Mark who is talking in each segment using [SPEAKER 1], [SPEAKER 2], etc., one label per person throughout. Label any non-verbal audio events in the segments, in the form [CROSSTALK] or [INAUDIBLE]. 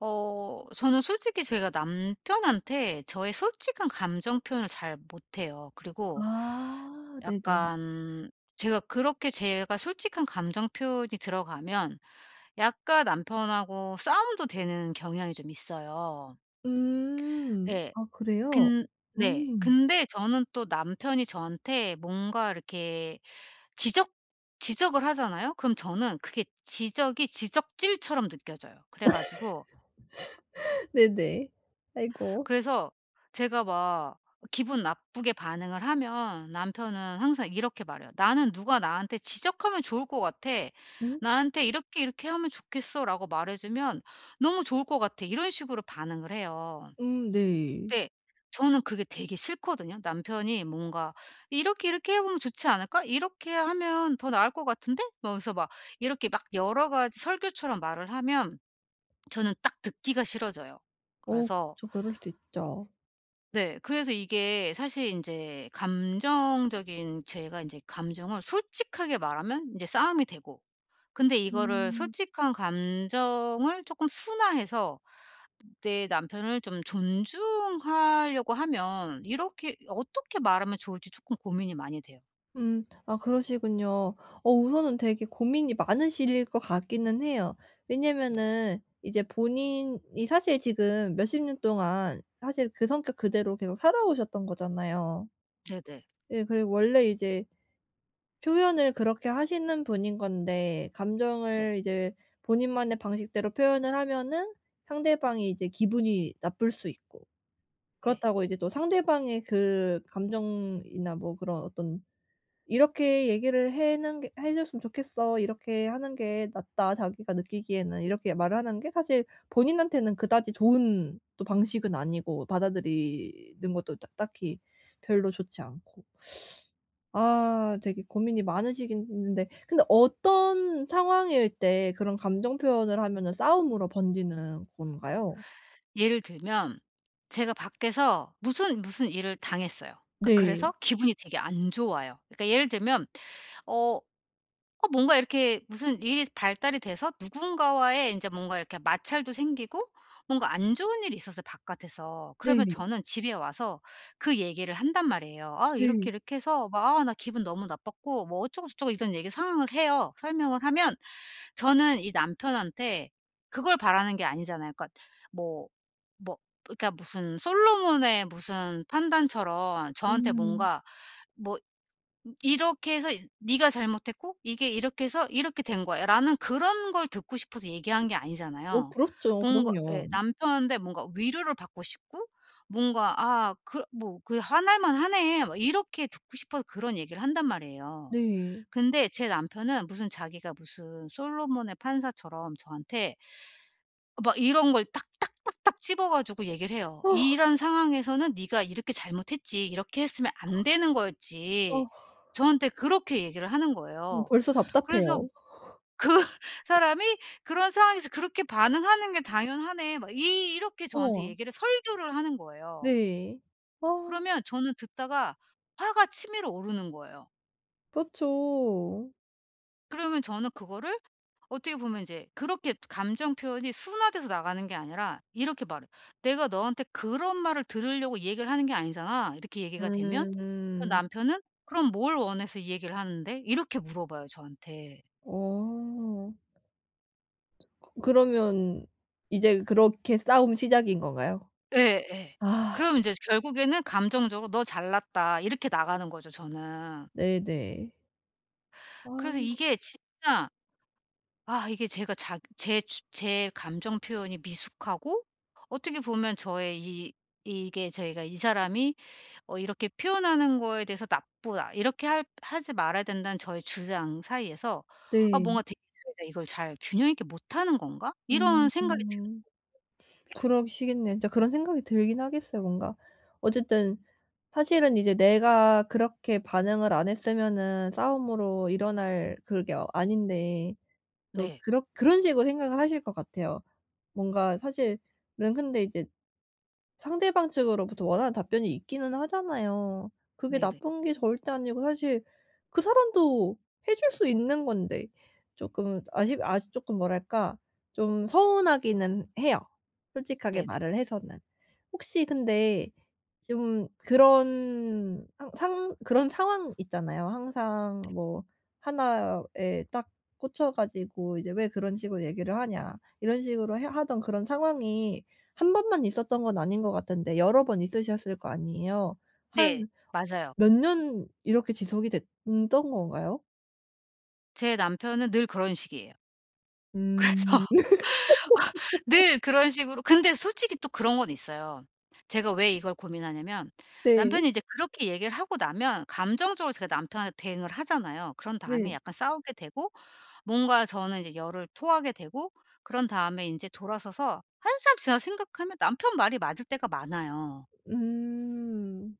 [SPEAKER 1] 저는 솔직히 제가 남편한테 저의 솔직한 감정 표현을 잘 못해요. 그리고
[SPEAKER 2] 아 네네.
[SPEAKER 1] 약간 제가 솔직한 감정 표현이 들어가면 약간 남편하고 싸움도 되는 경향이 좀 있어요.
[SPEAKER 2] 음.
[SPEAKER 1] 예.
[SPEAKER 2] 아 그래요?
[SPEAKER 1] 근 네.
[SPEAKER 2] 음.
[SPEAKER 1] 근데 저는 또 남편이 저한테 뭔가 이렇게 지적 지적을 하잖아요? 그럼 저는 그게 지적이 지적질처럼 느껴져요. 그래 가지고
[SPEAKER 2] [LAUGHS] 네네. 아이고.
[SPEAKER 1] 그래서 제가 막 기분 나쁘게 반응을 하면 남편은 항상 이렇게 말해요. "나는 누가 나한테 지적하면 좋을 것 같아.
[SPEAKER 2] 음.
[SPEAKER 1] 나한테 이렇게 이렇게 하면 좋겠어."라고 말해주면 "너무 좋을 것 같아." 이런 식으로 반응을 해요.
[SPEAKER 2] 네.
[SPEAKER 1] 근데 저는 그게 되게 싫거든요. 남편이 뭔가 "이렇게 이렇게 해 보면 좋지 않을까? 이렇게 하면 더 나을 것 같은데?" 막 이러면서 막 이렇게 막 여러 가지 설교처럼 말을 하면 저는 딱 듣기가 싫어져요.
[SPEAKER 2] 어
[SPEAKER 1] 그래서
[SPEAKER 2] 그쵸. 그럴 수 있죠.
[SPEAKER 1] 네. 그래서 이게 사실 이제 감정적인 제가 이제 감정을 솔직하게 말하면 이제 싸움이 되고 근데 이거를
[SPEAKER 2] 음.
[SPEAKER 1] 솔직한 감정을 조금 순화해서 내 남편을 좀 존중하려고 하면 이렇게 어떻게 말하면 좋을지 조금 고민이 많이 돼요.
[SPEAKER 2] 음. 아 그러시군요. 우선은 되게 고민이 많으실 것 같기는 해요.
[SPEAKER 1] 네.
[SPEAKER 2] 왜냐면은 이제 본인이 사실 지금 몇십 년 동안 사실 그 성격 그대로 계속 살아오셨던 거잖아요.
[SPEAKER 1] 네네.
[SPEAKER 2] 예, 그리고 원래 이제 표현을 그렇게 하시는 분인 건데,
[SPEAKER 1] 네.
[SPEAKER 2] 감정을 이제 본인만의 방식대로 표현을 하면은 상대방이 이제 기분이 나쁠 수 있고,
[SPEAKER 1] 네.
[SPEAKER 2] 그렇다고 이제 또 상대방의 그 감정이나 뭐 그런 어떤 "이렇게 얘기를 해는 게 해 줬으면 좋겠어. 이렇게 하는 게 낫다. 자기가 느끼기에는." 이렇게 말을 하는 게 사실 본인한테는 그다지 좋은 또 방식은 아니고, 받아들이는 것도 딱 딱히 별로 좋지 않고. 아, 되게 고민이 많으시겠는데, 근데 어떤 상황일 때 그런 감정 표현을 하면은 싸움으로 번지는 건가요?
[SPEAKER 1] 예를 들면 제가 밖에서 무슨 일을 당했어요. 그러니까 그래서
[SPEAKER 2] 네.
[SPEAKER 1] 기분이 되게 안 좋아요. 그러니까 예를 들면 어 뭔가 이렇게 무슨 일이 발달이 돼서 누군가와의 이제 뭔가 이렇게 마찰도 생기고 뭔가 안 좋은 일이 있었어요 바깥에서. 그러면
[SPEAKER 2] 네.
[SPEAKER 1] 저는 집에 와서 그 얘기를 한단 말이에요. "아 이렇게
[SPEAKER 2] 네.
[SPEAKER 1] 이렇게 해서 막 아 나 기분 너무 나빴고 뭐 어쩌고저쩌고." 이런 얘기 상황을 해요. 설명을 하면 저는 이 남편한테 그걸 바라는 게 아니잖아요. 그러니까 뭐 뭐 그러니까 무슨 솔로몬의 무슨 판단처럼 저한테
[SPEAKER 2] 음.
[SPEAKER 1] 뭔가 뭐 이렇게 해서 이 "네가 잘못했고 이게 이렇게 해서 이렇게 된 거야."라는 그런 걸 듣고 싶어서 얘기한 게
[SPEAKER 2] 어
[SPEAKER 1] 아니잖아요.
[SPEAKER 2] 그렇죠.
[SPEAKER 1] 뭔가 예
[SPEAKER 2] 그럼요.
[SPEAKER 1] 남편한테 뭔가 위로를 받고 싶고 뭔가 '아 그 뭐 그 화날 만하네.' 막 이렇게 듣고 싶어서 그런 얘기를 한단 말이에요.
[SPEAKER 2] 네.
[SPEAKER 1] 근데 제 남편은 무슨 자기가 무슨 솔로몬의 판사처럼 저한테 막 이런 걸 딱딱딱딱 집어 가지고 얘기를 해요.
[SPEAKER 2] 아.
[SPEAKER 1] "이런 상황에서는 네가 이렇게 잘못했지. 이렇게 했으면 안 되는 거였지."
[SPEAKER 2] 아.
[SPEAKER 1] 저한테 그렇게 얘기를 하는 거예요.
[SPEAKER 2] 벌써
[SPEAKER 1] 그래서
[SPEAKER 2] 답답해요.
[SPEAKER 1] 그 [LAUGHS] 사람이 "그런 상황에서 그렇게 반응하는 게 당연하네." 막 이 이렇게 저한테
[SPEAKER 2] 어.
[SPEAKER 1] 얘기를 설교를 하는 거예요.
[SPEAKER 2] 네. 아
[SPEAKER 1] 그러면 저는 듣다가 화가 치밀어 오르는 거예요.
[SPEAKER 2] 그렇죠.
[SPEAKER 1] 그러면 저는 그거를 어떻게 보면 이제 그렇게 감정 표현이 순화돼서 나가는 게 아니라 이렇게 말해. "내가 너한테 그런 말을 들으려고 이 얘기를 하는 게 아니잖아." 이렇게 얘기가 되면 그럼
[SPEAKER 2] 음.
[SPEAKER 1] 남편은 "그럼 뭘 원해서 이 얘기를 하는데?" 이렇게 물어봐요 저한테.
[SPEAKER 2] 어. 그러면 이제 그렇게 싸움 시작인 건가요?
[SPEAKER 1] 예예.
[SPEAKER 2] 아
[SPEAKER 1] 그럼 이제 결국에는 감정적으로 "너 잘났다." 이렇게 나가는 거죠 저는.
[SPEAKER 2] 네네.
[SPEAKER 1] 그래서
[SPEAKER 2] 아
[SPEAKER 1] 이게 진짜 아 이게 제가 자 제 주 제 감정 표현이 미숙하고 어떻게 보면 저의 이 이게 저희가 '이 사람이 어 이렇게 표현하는 거에 대해서 나쁘다. 이렇게 할 하지 말아야 된다.'는 저의 주장 사이에서 아
[SPEAKER 2] 네.
[SPEAKER 1] 뭔가 되게 저희가 '이걸 잘 균형 있게 못하는 건가?' 이런
[SPEAKER 2] 음.
[SPEAKER 1] 생각이 드
[SPEAKER 2] 음. 그러시겠네요. 진짜 그런 생각이 들긴 하겠어요, 뭔가. 어쨌든 사실은 이제 내가 그렇게 반응을 안 했으면은 싸움으로 일어날 그게 아닌데, 또
[SPEAKER 1] 네.
[SPEAKER 2] 그렇 그런 식으로 생각을 하실 것 같아요. 뭔가 사실은, 근데 이제 상대방 측으로부터 원하는 답변이 있기는 하잖아요. 그게
[SPEAKER 1] 네네.
[SPEAKER 2] 나쁜 게 절대 아니고 사실 그 사람도 해줄 수 있는 건데, 쪼끔 아쉽 아쉽 쪼끔 뭐랄까, 좀 서운하기는 해요. 솔직하게
[SPEAKER 1] 네네.
[SPEAKER 2] 말을 해서는. 혹시 근데 좀 그런 항 상 그런 상황 있잖아요. 항상 뭐 하나에 딱 꽂혀 가지고 이제 "왜 그런 식으로 얘기를 하냐." 이런 식으로 해 하던 그런 상황이 한 번만 있었던 건 아닌 것 같은데 여러 번 있으셨을 거 아니에요.
[SPEAKER 1] 네.
[SPEAKER 2] 한
[SPEAKER 1] 맞아요.
[SPEAKER 2] 몇 년 이렇게 지속이 됐던 건가요?
[SPEAKER 1] 제 남편은 늘 그런 식이에요. [LAUGHS] 그래서
[SPEAKER 2] 음. [LAUGHS]
[SPEAKER 1] 늘 그런 식으로 근데 솔직히 또 그런 건 있어요. 제가 왜 이걸 고민하냐면
[SPEAKER 2] 네.
[SPEAKER 1] 남편이 이제 그렇게 얘기를 하고 나면 감정적으로 제가 남편한테 대응을 하잖아요. 그런
[SPEAKER 2] 네.
[SPEAKER 1] 다음에 약간 싸우게 되고 뭔가 저는 이제 열을 토하게 되고 그런 다음에 인제 돌아서서 한참 지나 생각하면 남편 말이 맞을 때가 많아요.
[SPEAKER 2] 음.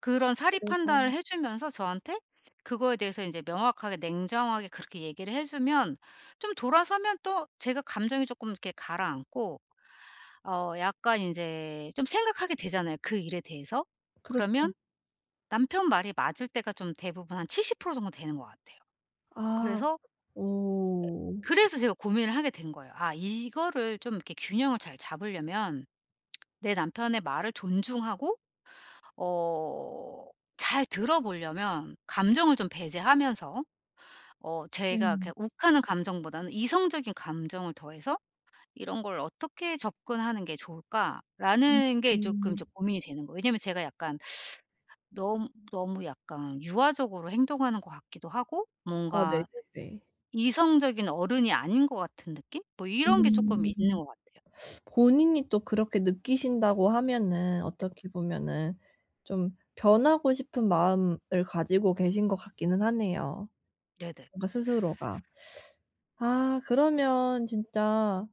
[SPEAKER 1] 그런 사리
[SPEAKER 2] 그래서.
[SPEAKER 1] 판단을 해 주면서 저한테 그거에 대해서 인제 명확하게 냉정하게 그렇게 얘기를 해 주면 좀 돌아서면 또 제가 감정이 쪼끔 이렇게 가라앉고 어 약간 이제 좀 생각하게 되잖아요, 그 일에 대해서.
[SPEAKER 2] 그렇죠.
[SPEAKER 1] 그러면 남편 말이 맞을 때가 좀 대부분 한 70% 정도 되는 것 같아요.
[SPEAKER 2] 아.
[SPEAKER 1] 그래서
[SPEAKER 2] 오.
[SPEAKER 1] 제가 고민을 하게 된 거예요. '아 이거를 좀 이렇게 균형을 잘 잡으려면 내 남편의 말을 존중하고 어 잘 들어 보려면 감정을 좀 배제하면서 어
[SPEAKER 2] 네.
[SPEAKER 1] 제가 그냥 욱하는 감정보다는 이성적인 감정을 더해서 이런 걸 어떻게 접근하는 게 좋을까?'라는 게 조금
[SPEAKER 2] 음.
[SPEAKER 1] 좀 고민이 되는 거예요. 왜냐면 제가 약간 너무 너무 약간 유아적으로 행동하는 것 같기도 하고
[SPEAKER 2] 아
[SPEAKER 1] 뭔가
[SPEAKER 2] 네네네.
[SPEAKER 1] 이성적인 어른이 아닌 것 같은 느낌? 뭐 이런 게 조금 있는
[SPEAKER 2] 음.
[SPEAKER 1] 것 같아요.
[SPEAKER 2] 본인이 또 그렇게 느끼신다고 하면은 어떻게 보면은 좀 변하고 싶은 마음을 가지고 계신 것 같기는 하네요,
[SPEAKER 1] 네네.
[SPEAKER 2] 뭔가 스스로가. 아, 그러면 진짜,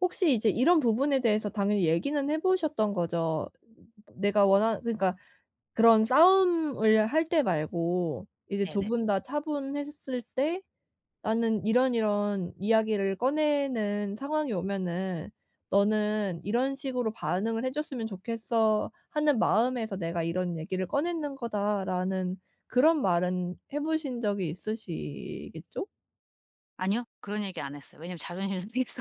[SPEAKER 2] 혹시 이제 이런 부분에 대해서 당연히 얘기는 해 보셨던 거죠? 내가 원하, 그러니까 그런 싸움을 할 때 말고 이제 두
[SPEAKER 1] 네네.
[SPEAKER 2] 분 다 차분했을 때 "나는 이런 이런 이야기를 꺼내는 상황이 오면은 너는 이런 식으로 반응을 해 줬으면 좋겠어." 하는 마음에서 "내가 이런 얘기를 꺼내는 거다."라는 그런 말은 해 보신 적이 있으시겠죠?
[SPEAKER 1] 아니요. 그런 얘기 안 했어요. 왜냐면 자존심 상해서.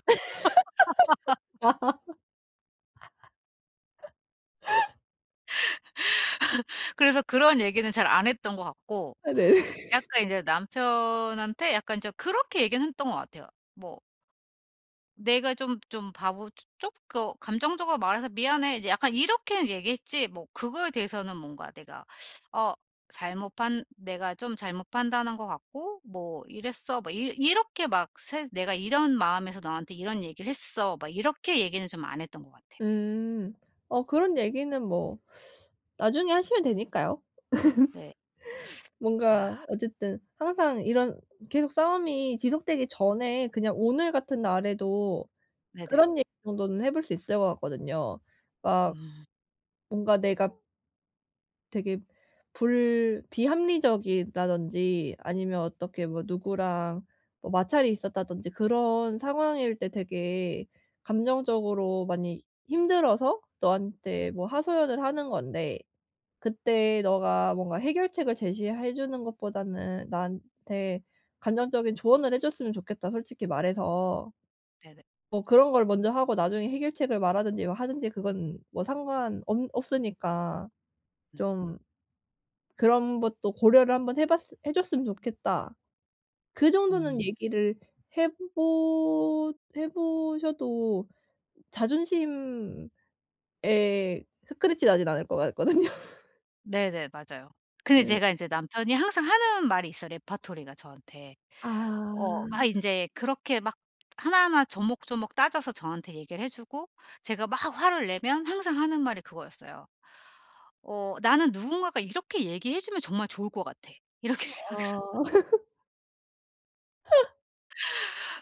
[SPEAKER 1] [LAUGHS] 그래서 그런 얘기는 잘 안 했던 것 같고
[SPEAKER 2] 네. 네.
[SPEAKER 1] 약간 이제 남편한테 약간 좀 그렇게 얘기는 했던 것 같아요. 뭐 내가 좀 바보 좀 그 감정적으로 말해서 "미안해." 이제 약간 이렇게는 얘기했지 뭐 그거에 대해서는 뭔가 내가 어 잘못 판 내가 좀 잘못 판단한 것 같고 뭐 "이랬어." 막 이 이렇게 막 세, "내가 이런 마음에서 너한테 이런 얘기를 했어." 막 이렇게 얘기는 좀 안 했던 것 같아요.
[SPEAKER 2] 음. 그런 얘기는 뭐 나중에 하시면 되니까요.
[SPEAKER 1] 네.
[SPEAKER 2] 뭔가
[SPEAKER 1] 아
[SPEAKER 2] 어쨌든 항상 이런 계속 싸움이 지속되기 전에 그냥 오늘 같은 날에도
[SPEAKER 1] 네네.
[SPEAKER 2] 그런 얘기 정도는 해볼 수 있을 것 같거든요. 막
[SPEAKER 1] 음
[SPEAKER 2] 뭔가 내가 되게 불 비합리적이라든지, 아니면 어떻게 뭐 누구랑 뭐 마찰이 있었다든지 그런 상황일 때 되게 감정적으로 많이 힘들어서 너한테 뭐 하소연을 하는 건데, 그때 너가 뭔가 해결책을 제시해 주는 것보다는 나한테 감정적인 조언을 해 줬으면 좋겠다, 솔직히 말해서.
[SPEAKER 1] 네네.
[SPEAKER 2] 뭐 그런 걸 먼저 하고 나중에 해결책을 말하든지 뭐 하든지 그건 뭐 상관 없 없으니까
[SPEAKER 1] 음
[SPEAKER 2] 좀 그런 것도 고려를 한번 해 줬으면 좋겠다. 그
[SPEAKER 1] 음.
[SPEAKER 2] 정도는 얘기를 해보 해 보셔도 자존심에 스크래치 나진 않을 것 같거든요.
[SPEAKER 1] 네네. 맞아요. 근데
[SPEAKER 2] 음.
[SPEAKER 1] 제가 이제 남편이 항상 하는 말이 있어 레퍼토리가 저한테.
[SPEAKER 2] 아.
[SPEAKER 1] 막 이제 그렇게 막 하나하나 조목조목 따져서 저한테 얘기를 해 주고 제가 막 화를 내면 항상 하는 말이 그거였어요. 어 "나는 누군가가 이렇게 얘기해 주면 정말 좋을 것 같아." 이렇게
[SPEAKER 2] [LAUGHS]
[SPEAKER 1] [LAUGHS] 항상.
[SPEAKER 2] 어.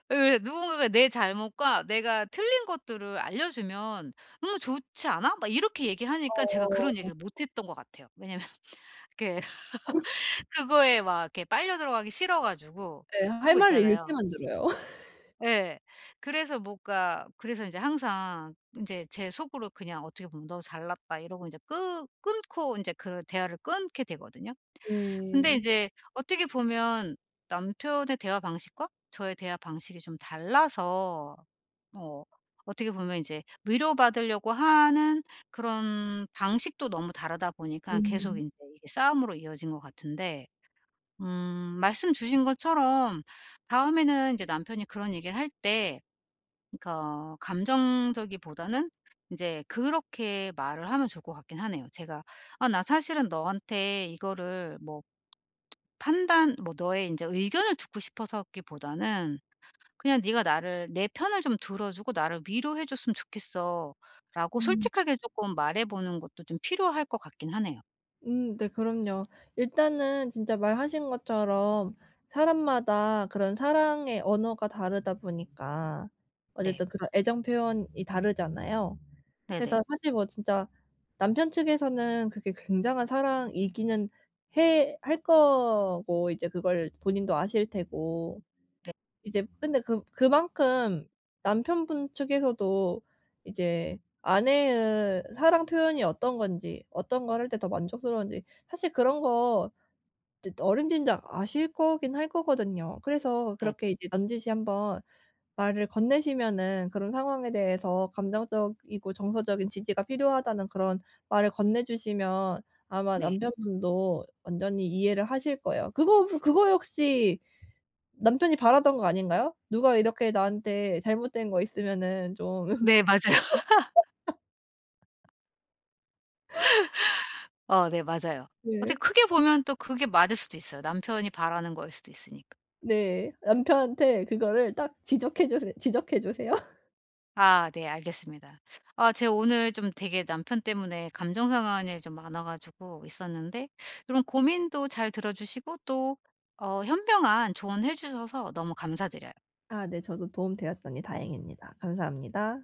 [SPEAKER 1] 왜 누군가가 내 잘못과 내가 틀린 것들을 알려주면 "너무 좋지 않아?" 막 이렇게 얘기하니까 제가 그런
[SPEAKER 2] 어.
[SPEAKER 1] 얘기를 못 했던 것 같아요. 왜냐면 [LAUGHS] 이렇게 그거에 막 이렇게 빨려 들어가기 싫어 가지고.
[SPEAKER 2] 네.
[SPEAKER 1] 그런
[SPEAKER 2] 할
[SPEAKER 1] 거
[SPEAKER 2] 말을 잃게
[SPEAKER 1] 있잖아요.
[SPEAKER 2] 만들어요.
[SPEAKER 1] 예. 그래서 뭔가 그래서 이제 항상 인제 제 속으로 그냥 어떻게 보면 '너 잘났다.' 이러고 인제 끄 끊고 인제 그 대화를 끊게 되거든요. 근데
[SPEAKER 2] 네.
[SPEAKER 1] 이제 어떻게 보면 남편의 대화 방식과 저의 대화 방식이 좀 달라서 어 어떻게 보면 이제 위로받으려고 하는 그런 방식도 너무 다르다 보니까 계속
[SPEAKER 2] 음.
[SPEAKER 1] 인제 이게 싸움으로 이어진 것 같은데 말씀 주신 것처럼 다음에는 이제 남편이 그런 얘기를 할때 그러니까 감정적이보다는 이제 그렇게 말을 하면 좋을 것 같긴 하네요. 제가 "아 나 사실은 너한테 이거를 뭐 판단 뭐 너의 이제 의견을 듣고 싶어서."기보다는 그냥 "네가 나를 내 편을 좀 들어 주고 나를 위로해 줬으면 좋겠어."라고
[SPEAKER 2] 음.
[SPEAKER 1] 솔직하게 조금 말해 보는 것도 좀 필요할 것 같긴 하네요.
[SPEAKER 2] 네 그럼요. 일단은 진짜 말하신 것처럼 사람마다 그런 사랑의 언어가 다르다 보니까
[SPEAKER 1] 네.
[SPEAKER 2] 어쨌든 그런 애정 표현이 다르잖아요.
[SPEAKER 1] 네 네.
[SPEAKER 2] 그래서 사실 뭐 진짜 남편 측에서는 그게 굉장한 사랑이기는 해 할 거고, 이제 그걸 본인도 아실 테고.
[SPEAKER 1] 네.
[SPEAKER 2] 이제 근데 그 그만큼 남편분 측에서도 이제 아내의 사랑 표현이 어떤 건지, 어떤 걸 할 때 더 만족스러운지 사실 그런 거 이제 어림짐작 아실 거긴 할 거거든요. 그래서
[SPEAKER 1] 네.
[SPEAKER 2] 그렇게
[SPEAKER 1] 네.
[SPEAKER 2] 이제 넌지시 한번 말을 건네시면은, 그런 상황에 대해서 감정적이고 정서적인 지지가 필요하다는 그런 말을 건네 주시면 아마
[SPEAKER 1] 네
[SPEAKER 2] 남편분도 완전히 이해를 하실 거예요. 그거 역시 남편이 바라던 거 아닌가요? 누가 이렇게 나한테 잘못된 거 있으면은 좀.
[SPEAKER 1] 네,
[SPEAKER 2] [LAUGHS]
[SPEAKER 1] 맞아요. [LAUGHS] 어 네 맞아요. 어떻게
[SPEAKER 2] 네.
[SPEAKER 1] 크게 보면 또 그게 맞을 수도 있어요. 남편이 바라는 거일 수도 있으니까.
[SPEAKER 2] 네. 남편한테 그거를 딱 지적해 주세요. [LAUGHS]
[SPEAKER 1] 아 네 알겠습니다. 아 제가 오늘 좀 되게 남편 때문에 감정 상환이 좀 많아 가지고 있었는데 이런 고민도 잘 들어 주시고 또 어 현명한 조언해 주셔서 너무 감사드려요.
[SPEAKER 2] 아 네. 저도 도움 되었더니 다행입니다. 감사합니다.